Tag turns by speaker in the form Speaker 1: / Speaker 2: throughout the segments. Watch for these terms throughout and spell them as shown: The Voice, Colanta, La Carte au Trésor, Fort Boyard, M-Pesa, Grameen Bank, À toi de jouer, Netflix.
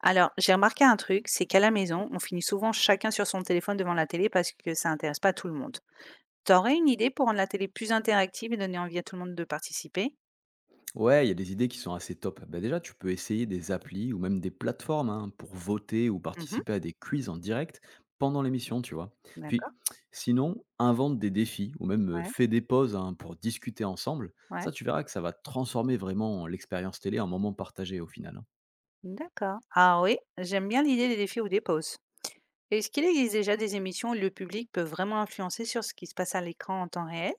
Speaker 1: Alors, j'ai remarqué un truc, c'est qu'à la maison, on finit souvent chacun sur son téléphone devant la télé parce que ça intéresse pas tout le monde. T'aurais une idée pour rendre la télé plus interactive et donner envie à tout le monde de participer?
Speaker 2: Ouais, il y a des idées qui sont assez top. Bah déjà, tu peux essayer des applis ou même des plateformes hein, pour voter ou
Speaker 1: Mhm,
Speaker 2: participer à des quiz en direct pendant l'émission, tu vois. Puis,
Speaker 1: d'accord,
Speaker 2: sinon, invente des défis ou même
Speaker 1: ouais,
Speaker 2: fais des pauses hein, pour discuter ensemble.
Speaker 1: ouais,
Speaker 2: Ça, tu verras que ça va transformer vraiment l'expérience télé en moment partagé au final. Hein.
Speaker 1: d'accord. Ah oui, j'aime bien l'idée des défis ou des pauses. Est-ce qu'il existe déjà des émissions où le public peut vraiment influencer sur ce qui se passe à l'écran en temps réel?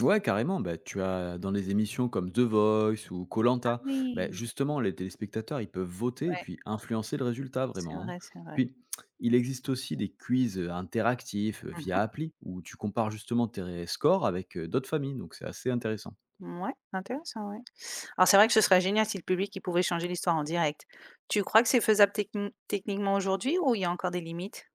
Speaker 2: Ouais, carrément. Bah, tu as dans les émissions comme The Voice ou
Speaker 1: Ah
Speaker 2: Colanta, bah,
Speaker 1: oui,
Speaker 2: justement, les téléspectateurs, ils peuvent voter et
Speaker 1: ouais,
Speaker 2: puis influencer le résultat
Speaker 1: c'est
Speaker 2: vraiment. Hein.
Speaker 1: vrai, c'est vrai.
Speaker 2: Puis, il existe aussi des quiz interactifs via appli où tu compares justement tes scores avec d'autres familles. Donc, c'est assez intéressant.
Speaker 1: Mhm, ouais, intéressant, ouais. Alors c'est vrai que ce serait génial si le public, il pouvait changer l'histoire en direct. Tu crois que c'est faisable techni techniquement aujourd'hui ou il y a encore des limites?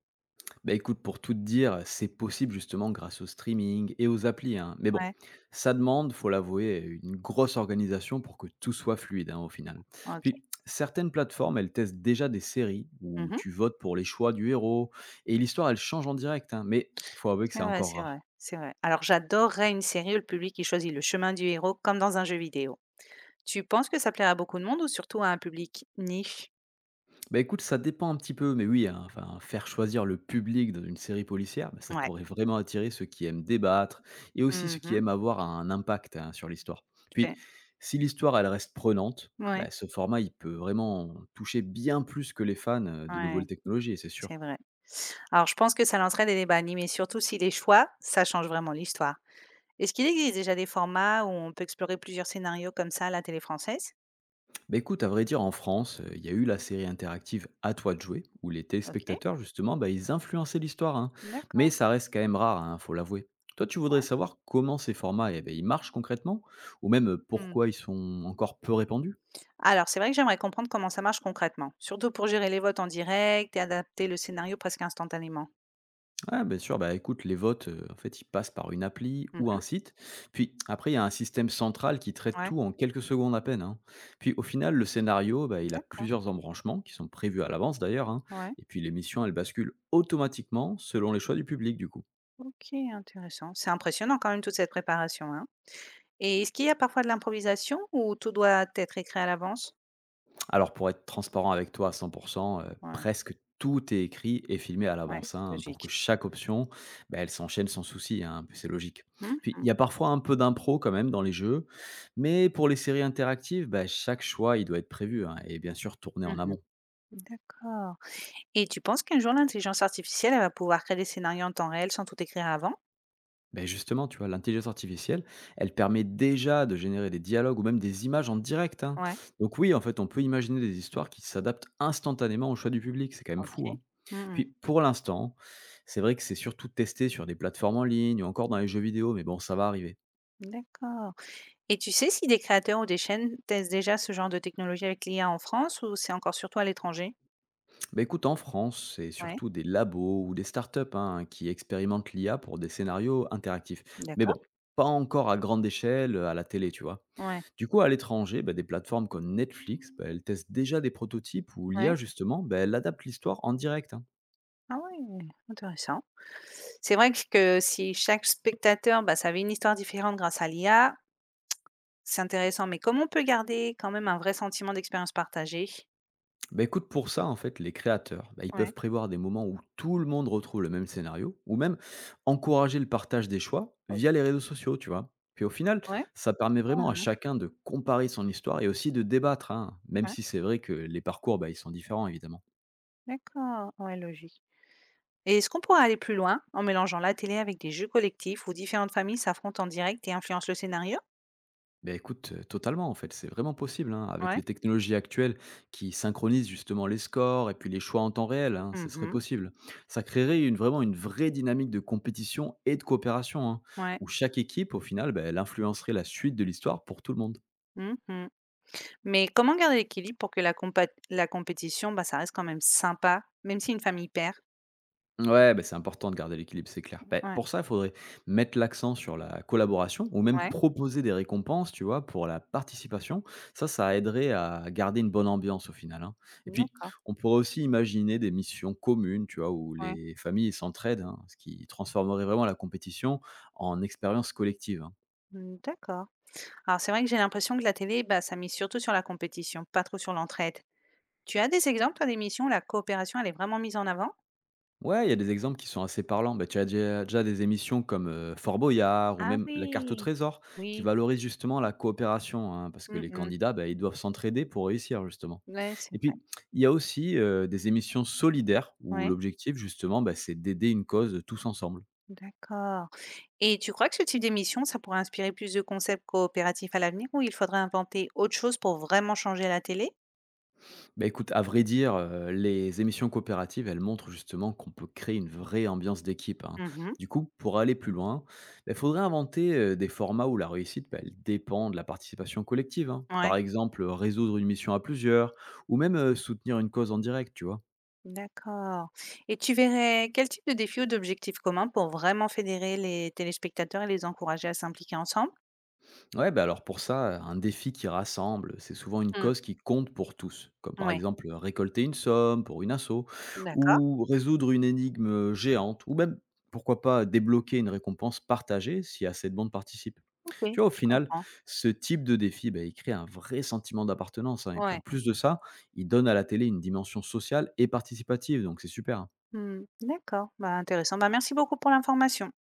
Speaker 2: Bah écoute, pour tout te dire, c'est possible justement grâce au streaming et aux applis. Hein. Mais bon,
Speaker 1: Ouais,
Speaker 2: ça demande, faut l'avouer, une grosse organisation pour que tout soit fluide hein, au final.
Speaker 1: OK.
Speaker 2: Puis, certaines plateformes, elles testent déjà des séries où
Speaker 1: Mmh,
Speaker 2: tu votes pour les choix du héros et l'histoire, elle change en direct. Hein. Mais faut avouer que
Speaker 1: c'est
Speaker 2: c'est
Speaker 1: vrai,
Speaker 2: encore
Speaker 1: c'est
Speaker 2: rare.
Speaker 1: vrai, c'est vrai. Alors j'adorerais une série où le public, il choisit le chemin du héros comme dans un jeu vidéo. Tu penses que ça plairait à beaucoup de monde ou surtout à un public niche?
Speaker 2: Bah, écoute, ça dépend un petit peu, mais oui, hein, enfin, faire choisir le public dans une série policière, bah, ça
Speaker 1: Ouais.
Speaker 2: pourrait vraiment attirer ceux qui aiment débattre et aussi ceux qui
Speaker 1: Mmh,
Speaker 2: aiment avoir un impact hein, sur l'histoire. Puis,
Speaker 1: c'est
Speaker 2: si l'histoire elle reste prenante,
Speaker 1: ouais,
Speaker 2: bah, ce format il peut vraiment toucher bien plus que les fans de
Speaker 1: ouais,
Speaker 2: nouvelles technologies, c'est sûr.
Speaker 1: c'est vrai. Alors je pense que ça lancerait des débats animés, surtout si les choix, ça change vraiment l'histoire. Est-ce qu'il existe déjà des formats où on peut explorer plusieurs scénarios comme ça à la télé française?
Speaker 2: Bah écoute, à vrai dire, en France, il y a eu la série interactive À toi de jouer, où les
Speaker 1: OK.
Speaker 2: téléspectateurs, justement, bah, ils influençaient l'histoire. Hein. Mais
Speaker 1: D'accord.
Speaker 2: ça reste quand même rare, hein, faut l'avouer. Toi, tu voudrais savoir comment ces formats eh ben, ils marchent concrètement, ou même
Speaker 1: Mmh.
Speaker 2: pourquoi ils sont encore peu répandus.
Speaker 1: Alors, c'est vrai que j'aimerais comprendre comment ça marche concrètement, surtout pour gérer les votes en direct et adapter le scénario presque instantanément.
Speaker 2: Ouais, bien sûr. Bah, écoute, les votes, en fait, ils passent par une appli ou
Speaker 1: Mmh,
Speaker 2: un site. Puis après, il y a un système central qui traite
Speaker 1: ouais,
Speaker 2: tout en quelques secondes à peine, hein. Puis au final, le scénario, bah, il a
Speaker 1: d'accord.
Speaker 2: plusieurs embranchements qui sont prévus à l'avance d'ailleurs, hein.
Speaker 1: Ouais.
Speaker 2: Et puis l'émission, elle bascule automatiquement selon les choix du public, du coup.
Speaker 1: OK, intéressant. C'est impressionnant quand même toute cette préparation, hein? Et est-ce qu'il y a parfois de l'improvisation ou tout doit être écrit à l'avance?
Speaker 2: Alors pour être transparent avec toi à 100, heu,
Speaker 1: Ouais,
Speaker 2: presque tout est écrit et filmé à
Speaker 1: ouais,
Speaker 2: l'avance, hein, pour que
Speaker 1: logique.
Speaker 2: chaque option, bah, elle s'enchaîne sans souci, hein, c'est logique.
Speaker 1: Mmh
Speaker 2: Puis il
Speaker 1: mh.
Speaker 2: y a parfois un peu d'impro quand même dans les jeux, mais pour les séries interactives, bah, chaque choix, il doit être prévu, hein, et bien sûr tourné en
Speaker 1: Mmh,
Speaker 2: amont.
Speaker 1: d'accord. Et tu penses qu'un jour l'intelligence artificielle, elle va pouvoir créer des scénarios en temps réel sans tout écrire avant?
Speaker 2: Ben justement, tu vois, l'intelligence artificielle, elle permet déjà de générer des dialogues ou même des images en direct. Hein.
Speaker 1: Ouais,
Speaker 2: Donc oui, en fait, on peut imaginer des histoires qui s'adaptent instantanément au choix du public. C'est quand même
Speaker 1: OK.
Speaker 2: fou. Hein.
Speaker 1: Mmh,
Speaker 2: Puis pour l'instant, c'est vrai que c'est surtout testé sur des plateformes en ligne ou encore dans les jeux vidéo, mais bon, ça va arriver.
Speaker 1: d'accord. Et tu sais si des créateurs ou des chaînes testent déjà ce genre de technologie avec l'IA en France ou c'est encore surtout à l'étranger?
Speaker 2: Ben écoute, en France, c'est
Speaker 1: Ouais,
Speaker 2: surtout des labos ou des startups hein, qui expérimentent l'IA pour des scénarios interactifs. Mais
Speaker 1: d'accord.
Speaker 2: bon, pas encore à grande échelle, à la télé, tu vois.
Speaker 1: Ouais,
Speaker 2: Du coup, à l'étranger, bah, des plateformes comme Netflix, bah, elles testent déjà des prototypes où
Speaker 1: ouais.
Speaker 2: l'IA, justement, bah, elle adapte l'histoire en direct. Hein.
Speaker 1: Ah ouais, intéressant. C'est vrai que si chaque spectateur, bah, ça avait une histoire différente grâce à l'IA, c'est intéressant. Mais comment on peut garder quand même un vrai sentiment d'expérience partagée?
Speaker 2: Bah, écoute, pour ça, en fait, les créateurs, bah, ils peuvent
Speaker 1: Ouais.
Speaker 2: prévoir des moments où tout le monde retrouve le même scénario, ou même encourager le partage des choix via
Speaker 1: OK.
Speaker 2: les réseaux sociaux, tu vois. Puis au final,
Speaker 1: Ouais.
Speaker 2: ça permet vraiment
Speaker 1: Ah,
Speaker 2: à chacun de comparer son histoire et aussi de débattre, hein, même
Speaker 1: ouais.
Speaker 2: si c'est vrai que les parcours, bah, ils sont différents, évidemment.
Speaker 1: D'accord. Ouais, logique. Et est-ce qu'on pourrait aller plus loin en mélangeant la télé avec des jeux collectifs où différentes familles s'affrontent en direct et influencent le scénario?
Speaker 2: Ben écoute, totalement, en fait, c'est vraiment possible, hein, avec les
Speaker 1: Ouais.
Speaker 2: technologies actuelles qui synchronisent justement les scores et puis les choix en temps réel, hein, ce serait
Speaker 1: Mhm.
Speaker 2: possible. Ça créerait une vraie dynamique de compétition et de coopération, hein,
Speaker 1: Ouais.
Speaker 2: où chaque équipe, au final, beh, elle influencerait la suite de l'histoire pour tout le monde.
Speaker 1: Mmh, mais comment garder l'équilibre pour que la compétition, bah, ça reste quand même sympa, même si une famille perd?
Speaker 2: Ouais, bah, c'est important de garder l'équilibre, c'est clair. Bah,
Speaker 1: Ouais,
Speaker 2: pour ça, il faudrait mettre l'accent sur la collaboration ou même
Speaker 1: ouais,
Speaker 2: proposer des récompenses, tu vois, pour la participation. Ça aiderait à garder une bonne ambiance au final. Hein. Et puis,
Speaker 1: d'accord,
Speaker 2: on pourrait aussi imaginer des missions communes, tu vois, où
Speaker 1: ouais,
Speaker 2: les familles s'entraident, hein, ce qui transformerait vraiment la compétition en expérience collective. Hein.
Speaker 1: mmh, d'accord. Alors c'est vrai que j'ai l'impression que la télé, bah, ça mise surtout sur la compétition, pas trop sur l'entraide. Tu as des exemples, toi, d'émissions où la coopération, elle est vraiment mise en avant?
Speaker 2: Ouais, il y a des exemples qui sont assez parlants. Bah, tu as déjà des émissions comme Fort Boyard ou
Speaker 1: Ah
Speaker 2: même La Carte au
Speaker 1: oui!
Speaker 2: Trésor qui
Speaker 1: Oui,
Speaker 2: valorisent justement la coopération hein, parce que
Speaker 1: mmh
Speaker 2: les
Speaker 1: mh.
Speaker 2: candidats, bah, ils doivent s'entraider pour réussir justement.
Speaker 1: Ouais, c'est
Speaker 2: Et
Speaker 1: vrai.
Speaker 2: puis, il y a aussi des émissions solidaires où
Speaker 1: Ouais,
Speaker 2: l'objectif justement, bah, c'est d'aider une cause tous ensemble.
Speaker 1: d'accord. Et tu crois que ce type d'émission, ça pourrait inspirer plus de concepts coopératifs à l'avenir ou il faudrait inventer autre chose pour vraiment changer la télé?
Speaker 2: Bah, écoute, à vrai dire, les émissions coopératives, elles montrent justement qu'on peut créer une vraie ambiance d'équipe, hein.
Speaker 1: Mmh mh.
Speaker 2: Du coup, pour aller plus loin, bah, il faudrait inventer, des formats où la réussite, bah, elle dépend de la participation collective, hein.
Speaker 1: Ouais.
Speaker 2: Par exemple, résoudre une mission à plusieurs ou même, soutenir une cause en direct, tu vois?
Speaker 1: D'accord, et tu verrais quel type de défi ou d'objectif commun pour vraiment fédérer les téléspectateurs et les encourager à s'impliquer ensemble?
Speaker 2: Ouais, bah alors pour ça, un défi qui rassemble, c'est souvent une
Speaker 1: Oui.
Speaker 2: cause qui compte pour tous, comme par
Speaker 1: Ouais,
Speaker 2: exemple récolter une somme pour une asso,
Speaker 1: d'accord,
Speaker 2: ou résoudre une énigme géante, ou même, pourquoi pas, débloquer une récompense partagée si assez de monde participe.
Speaker 1: OK,
Speaker 2: Tu vois, au
Speaker 1: je
Speaker 2: final,
Speaker 1: comprends.
Speaker 2: ce type de défi, bah, il crée un vrai sentiment d'appartenance, hein, et puis en
Speaker 1: Ouais,
Speaker 2: plus de ça, il donne à la télé une dimension sociale et participative, donc c'est super. Hein.
Speaker 1: mmh, d'accord, bah, intéressant. Bah, merci beaucoup pour l'information.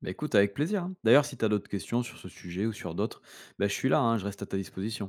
Speaker 2: Bah écoute, avec plaisir. Hein. D'ailleurs, si tu as d'autres questions sur ce sujet ou sur d'autres, bah, je suis là, hein, je reste à ta disposition.